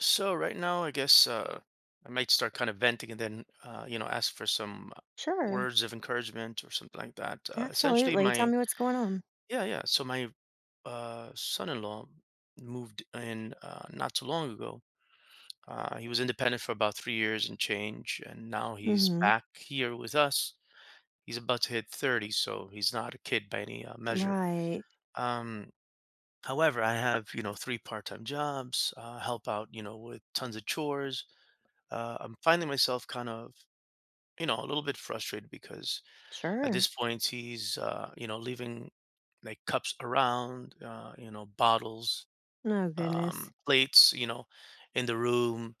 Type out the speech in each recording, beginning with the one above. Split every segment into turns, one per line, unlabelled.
So right now, I guess I might start kind of venting and then, ask for some
Sure.
words of encouragement or something like that. Essentially,
Absolutely. Tell
my
me what's going on.
yeah, yeah. So my son-in-law moved in, not too long ago. He was independent for about 3 years and change, and now he's
Mhm.
back here with us. He's about to hit 30, so he's not a kid by any measure.
Right.
Um, However, I have, three part-time jobs, help out, with tons of chores. I'm finding myself kind of, a little bit frustrated because at this
Sure.
point he's, leaving like cups around, bottles,
No goodness.
plates, in the room.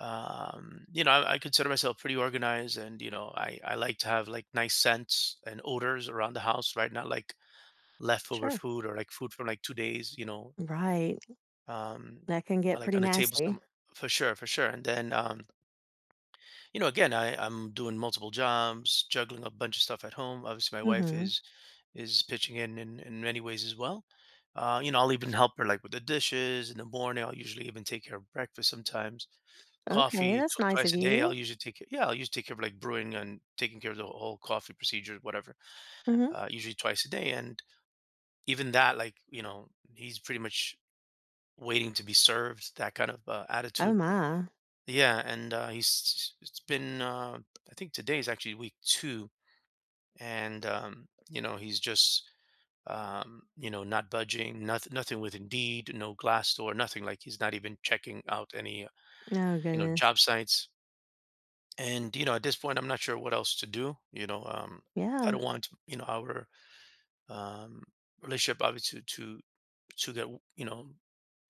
I consider myself pretty organized, and, I like to have like nice scents and odors around the house, right? Not like leftover
Sure.
food or like food from like 2 days,
Right.
um,
That can get
like
pretty
on the table
nasty.
some. For sure, for sure. And then, again, I'm doing multiple jobs, juggling a bunch of stuff at home. Obviously, my wife
Mhm.
is pitching in in many ways as well. I'll even help her like with the dishes in the morning. I'll usually even take care of breakfast sometimes,
Okay,
coffee
that's nice of
twice a day. I'll
you.
usually take care- yeah, I'll usually take care of like brewing and taking care of the whole coffee procedure, whatever.
Mhm.
Usually twice a day, and even that, like he's pretty much waiting to be served. That kind of
Oh
attitude.
my.
Yeah, and he's it's been I think today is actually week two, and he's just not budging, nothing, nothing with Indeed, no Glassdoor, nothing. Like he's not even checking out any
Oh goodness.
job sites. And at this point, I'm not sure what else to do. I
Yeah.
don't want, our um, relationship, obviously, to to get, you know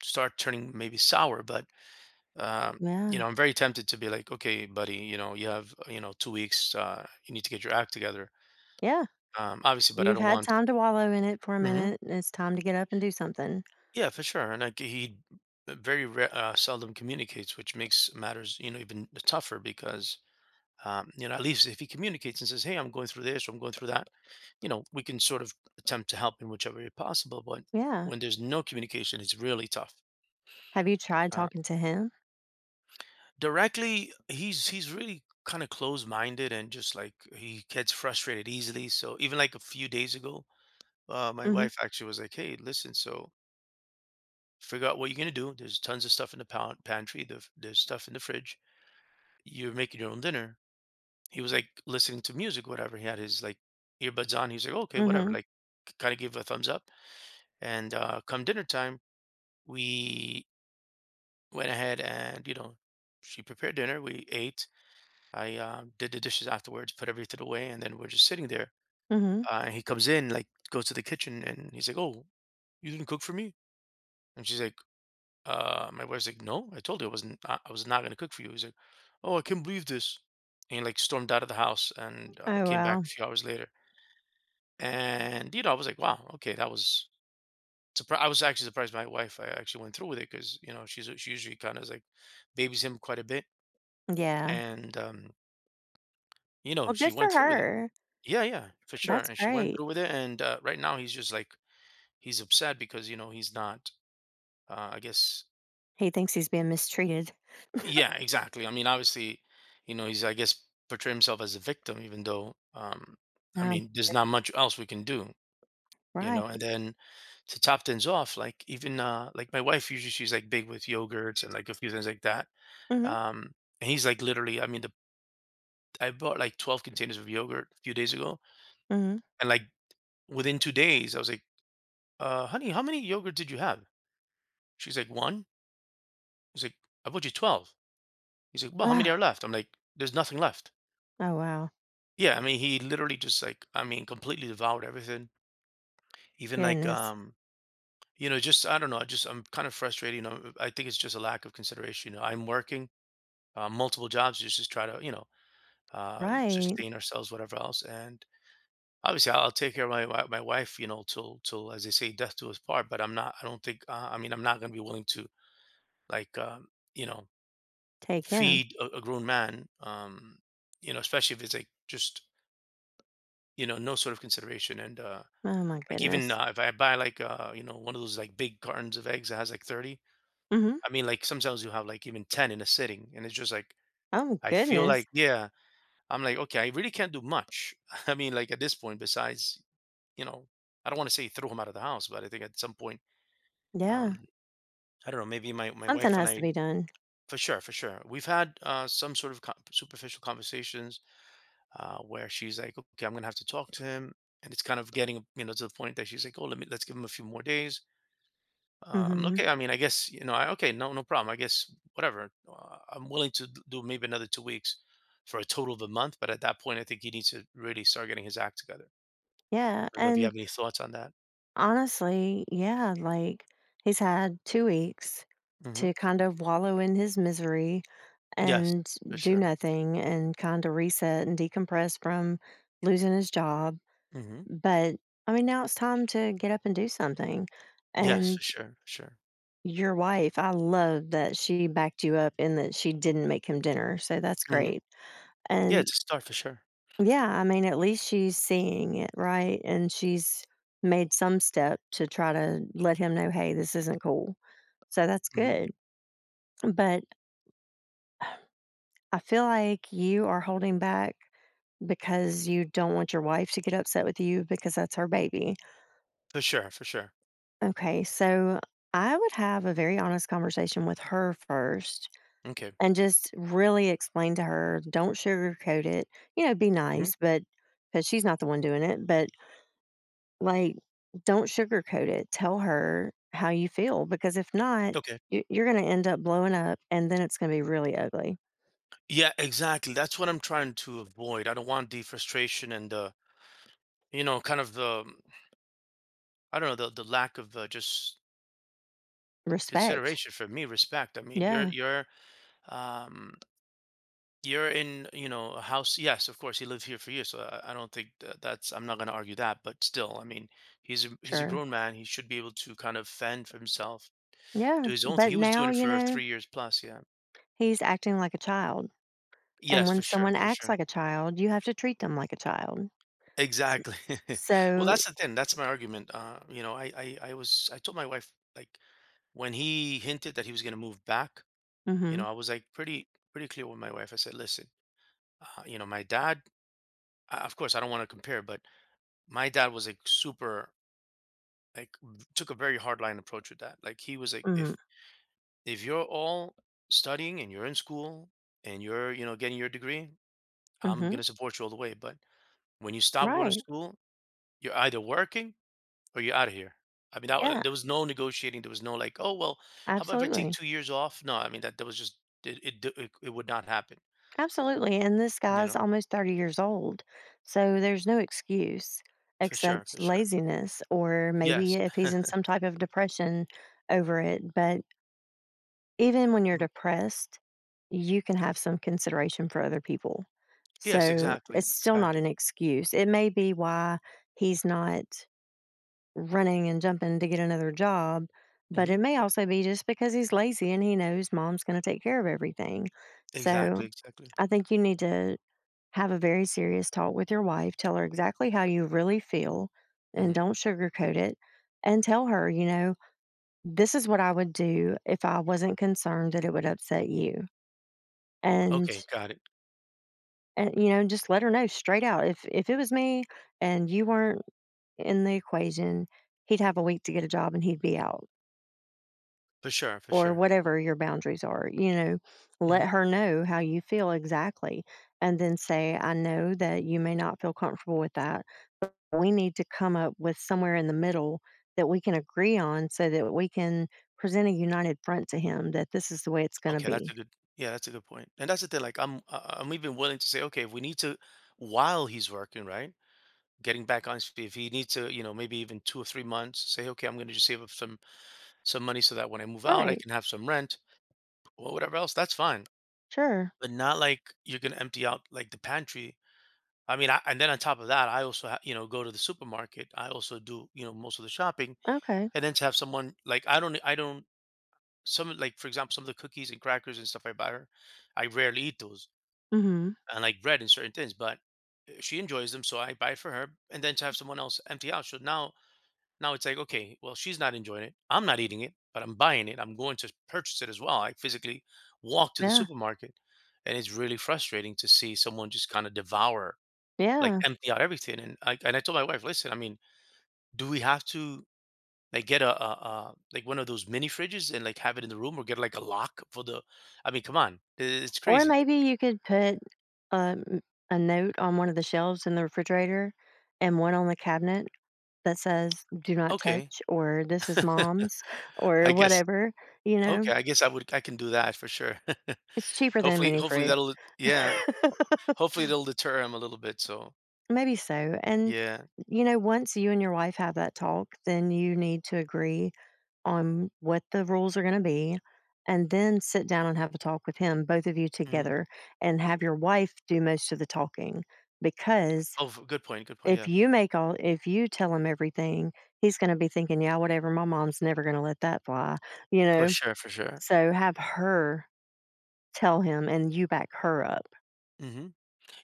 start turning maybe sour. But um,
Yeah.
I'm very tempted to be like, "Okay, buddy, you have, 2 weeks, you need to get your act together."
Yeah.
Obviously, but I
You've
don't
had
want.
time to wallow in it for a
Hmm.
minute. It's time to get up and do something.
Yeah, for sure. And like he seldom communicates, which makes matters, even tougher because, at least if he communicates and says, "Hey, I'm going through this," or "I'm going through that," we can sort of attempt to help in whichever way possible. But
Yeah.
when there's no communication, it's really tough.
Have you tried
uh,
talking to him?
Directly, he's really kind of closed-minded, and just like he gets frustrated easily, so even like a few days ago, my
Mhm.
wife actually was like, "Hey, listen, so figure out what you're going to do. There's tons of stuff in the pantry, there's stuff in the fridge, you're making your own dinner." He was like listening to music, whatever. He had his like earbuds on. He was like, "Okay, whatever,"
Mhm.
like kind of give a thumbs up. And come dinner time, we went ahead, and she prepared dinner, we ate. I did the dishes afterwards, put everything away, and then we're just sitting there.
Mhm.
And he comes in, like goes to the kitchen, and he's like, "Oh, you didn't cook for me?" And she's like, "My wife's like, no, I told you I wasn't. I was not gonna cook for you." He's like, "Oh, I can't believe this," and he like stormed out of the house, and
Oh
came back a
well.
few hours later. And I was like, "Wow, okay, that was." I was actually surprised my wife. I actually went through with it because she usually kind of like babies him quite a bit,
Yeah.
and
Well,
she
good for
went through with it.
her.
Yeah, yeah, for sure.
That's
And she went
great.
through with it. And right now he's just like he's upset because he's not. I guess.
He thinks he's being mistreated.
Yeah, exactly. I mean, obviously, he's, I guess, portray himself as a victim, even though, I
Um,
mean, there's not much else we can do.
right.
And then, to top things off, like even like my wife, usually she's like big with yogurts and like a few things like that.
Mhm,
Um, and he's like literally, I mean, the I bought like 12 containers of yogurt a few days ago,
mhm.
and like within 2 days, I was like, "Honey, how many yogurt did you have?" She's like, "1?" He's like, "I bought you 12." He's like, "Well, how many are
Ah,
left?" I'm like, "There's nothing left."
oh, wow.
Yeah, I mean, he literally just like, I mean, completely devoured everything. Even like,
Goodness.
just I don't know. I'm kind of frustrated. I think it's just a lack of consideration. I'm working multiple jobs just to try to,
Right.
sustain ourselves, whatever else. And obviously, I'll take care of my my wife, till as they say, death do us part. But I'm not. I don't think. I mean, I'm not going to be willing to like, you know,
Take him.
feed a grown man, especially if it's like just no sort of consideration. And
Oh my
like even
goodness.
if I buy like one of those like big cartons of eggs that has like 30.
Mm. Mhm.
I mean, like sometimes you have like even 10 in a sitting, and it's just like
Oh,
I feel
goodness.
like, yeah, I'm like, "Okay, I really can't do much." I mean, like at this point, besides, you know I don't want to say throw him out of the house, but I think at some point,
Yeah.
um I don't know, maybe my
Something
wife and
has to
I.
be done.
For sure, for sure, we've had some sort of superficial conversations, where she's like, "Okay, I'm gonna have to talk to him," and it's kind of getting, to the point that she's like, "Oh, let's give him a few more days."
Mm. Mhm.
Okay, I mean, I guess, okay, no, no problem. I guess whatever. I'm willing to do maybe another 2 weeks for a total of a month, but at that point, I think he needs to really start getting his act together.
Yeah,
I don't know if you
and
have any thoughts on that.
honestly, yeah, like, he's had 2 weeks
Hmm.
to kind of wallow in his misery
Yes,
and
for
do
sure.
nothing and kinda reset and decompress from losing his job,
Hmm.
but, I mean, now it's time to get up and do something,
Yes, for
and
sure, for sure.
your wife, I love that she backed you up and that she didn't make him dinner, so that's
Hmm.
great,
Yeah,
and
it's a start for sure.
yeah, I mean, at least she's seeing it, right? And she's made some step to try to let him know, "Hey, this isn't cool." So that's
Hmm.
good, but I feel like you are holding back because you don't want your wife to get upset with you because that's her baby.
For sure, for sure.
Okay, so I would have a very honest conversation with her first.
Okay.
And just really explain to her, don't sugarcoat it. You know, be
Hmm.
nice, but because she's not the one doing it, but, like, don't sugarcoat it. Tell her how you feel because if not,
Okay.
you're going to end up blowing up and then it's going to be really ugly.
Yeah, exactly. That's what I'm trying to avoid. I don't want the frustration and the, kind of the, I don't know, the lack of, just
Respect.
consideration for me, respect. I mean,
Yeah,
um, you're in, a house. Yes, of course, he lived here for years, so I don't think that that's. I'm not going to argue that, but still, I mean, he's a
sure.
grown man. He should be able to kind of fend for himself,
Yeah.
do his own thing.
But
He was
now,
doing it
you
for
know,
3 years plus. Yeah.
he's acting like a child. And
Yes,
when
for sure,
someone
for
acts
sure.
like a child, you have to treat them like a child. S-
Exactly. Well,
So,
that's the thing. That's my argument. I told my wife, like, when he hinted that he was going to move back,
mm hmm,
I was like pretty, pretty clear with my wife. I said, listen, my dad, of course, I don't want to compare, but my dad was like super, like, took a very hard line approach with that. Like, he was like,
mm
if you're all studying and you're in school and you're, getting your degree,
hmm, mm
I'm
hmm.
going to support you all the way. But when you stop going to
Right.
school, you're either working or you're out of here." I mean,
Yeah,
there was no negotiating. There was no like, "Oh well, how about if I take
absolutely.
2 years off?" No, I mean that was just it. It would not happen.
Absolutely. And this
You
guy's
know,
almost 30 years old. So there's no excuse
for sure,
except
for sure.
laziness, or maybe
Yes.
if he's in some type of depression over it. But even when you're
Mhm.
depressed, you can have some consideration for other people.
Yes,
So
exactly,
it's still not an
exactly.
excuse. It may be why he's not running and jumping to get another job, but it
Hmm.
may also be just because he's lazy and he knows mom's going to take care of everything. So
Exactly, exactly.
I think you need to have a very serious talk with your wife. Tell her exactly how you really feel and
Hmm.
don't sugarcoat it. And tell her, you know, this is what I would do if I wasn't concerned that it would upset you. And,
Okay, got it.
and you know, just let her know straight out. If it was me and you weren't in the equation, he'd have a week to get a job and he'd be out
For sure, for
or
sure.
whatever your boundaries are. You know, let
Hmm.
her know how you feel exactly and then say, I know that you may not feel comfortable with that. We need to come up with somewhere in the middle that we can agree on so that we can present a united front to him that this is the way it's going to
Okay, that's
be.
a good. Yeah, that's a good point. And that's the thing. Like, I'm even willing to say, okay, if we need to, while he's working, right, getting back on his feet, if he needs to, maybe even 2 or 3 months, say, okay, I'm going to just save up some money so that when I move out, I
Right.
can have some rent or whatever else. That's fine,
Sure.
but not like you're gonna empty out like the pantry. I mean, and then on top of that, go to the supermarket. I also do, most of the shopping,
Okay.
and then to have someone like. I don't Some, like, for example, some of the cookies and crackers and stuff I buy her, I rarely eat those,
Mhm.
and like bread and certain things, but she enjoys them, so I buy for her. And then to have someone else empty out, so now it's like, okay, well, she's not enjoying it. I'm not eating it, but I'm buying it. I'm going to purchase it as well. I physically walk to the
Yeah.
supermarket, and it's really frustrating to see someone just kind of devour, like
Yeah.
empty out everything. And I told my wife, listen, I mean, do we have to like get a, like, one of those mini fridges and like have it in the room, or get like a lock for the? I mean, come on, it's
Or
crazy.
maybe you could put um, a note on one of the shelves in the refrigerator and one on the cabinet that says do not
Okay.
touch or this is mom's
I
or
guess.
whatever, you know.
Okay, I guess I would. I can do that for sure.
It's cheaper than a
Hopefully,
mini
hopefully
fridge.
that'll. Yeah. Hopefully it'll deter him a little bit. So
Maybe so. And,
yeah.
you know, once you and your wife have that talk, then you need to agree on what the rules are going to be and then sit down and have a talk with him, both of you
Mhm.
together, and have your wife do most of the talking. Because
Oh, f good point, good point.
if
Yeah.
you make all, if you tell him everything, he's going to be thinking, yeah, whatever, my mom's never going to let that fly, you
For
know?
sure, for sure.
So have her tell him and you back her up.
Mhm.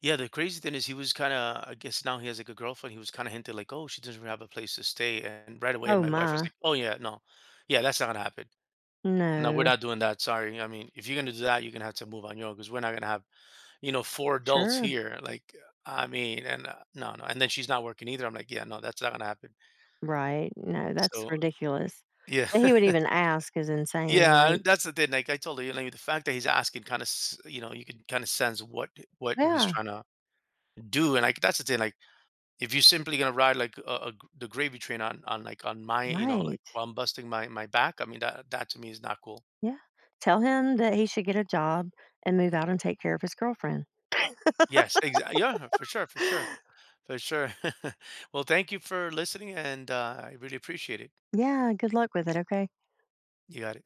Yeah, the crazy thing is he was kinda, I guess now he has, like, a girlfriend, he was kinda hinted like, "Oh, she doesn't have a place to stay," and right away,
Oh,
my wife was
my.
like, "Oh, yeah, no. Yeah, that's not gonna happen. No, we're
No.
not doing that, sorry. I mean, if you're gonna do that, you're gonna have to move on your own because 'cause we're not gonna have, 4 adults
Sure.
here." Like, I mean, and, no, no, and then she's not working either. I'm like, "Yeah, no, that's not gonna happen."
Right, no, that's
So,
ridiculous.
yeah.
That he would even ask is insane,
Yeah,
like
and that's the thing. Like I told you, like the fact that he's asking, kind of, you can kind of sense what he's
yeah,
trying to do. And like that's the thing. Like if you're simply gonna ride like the gravy train on like on my, like
right,
while I'm busting my back, I mean that to me is not cool.
yeah. Tell him that he should get a job and move out and take care of his girlfriend.
Yes, exactly. Yeah, for sure, for sure, for sure. Well, thank you for listening, and I really appreciate it.
Yeah, good luck with it, okay?
You got it.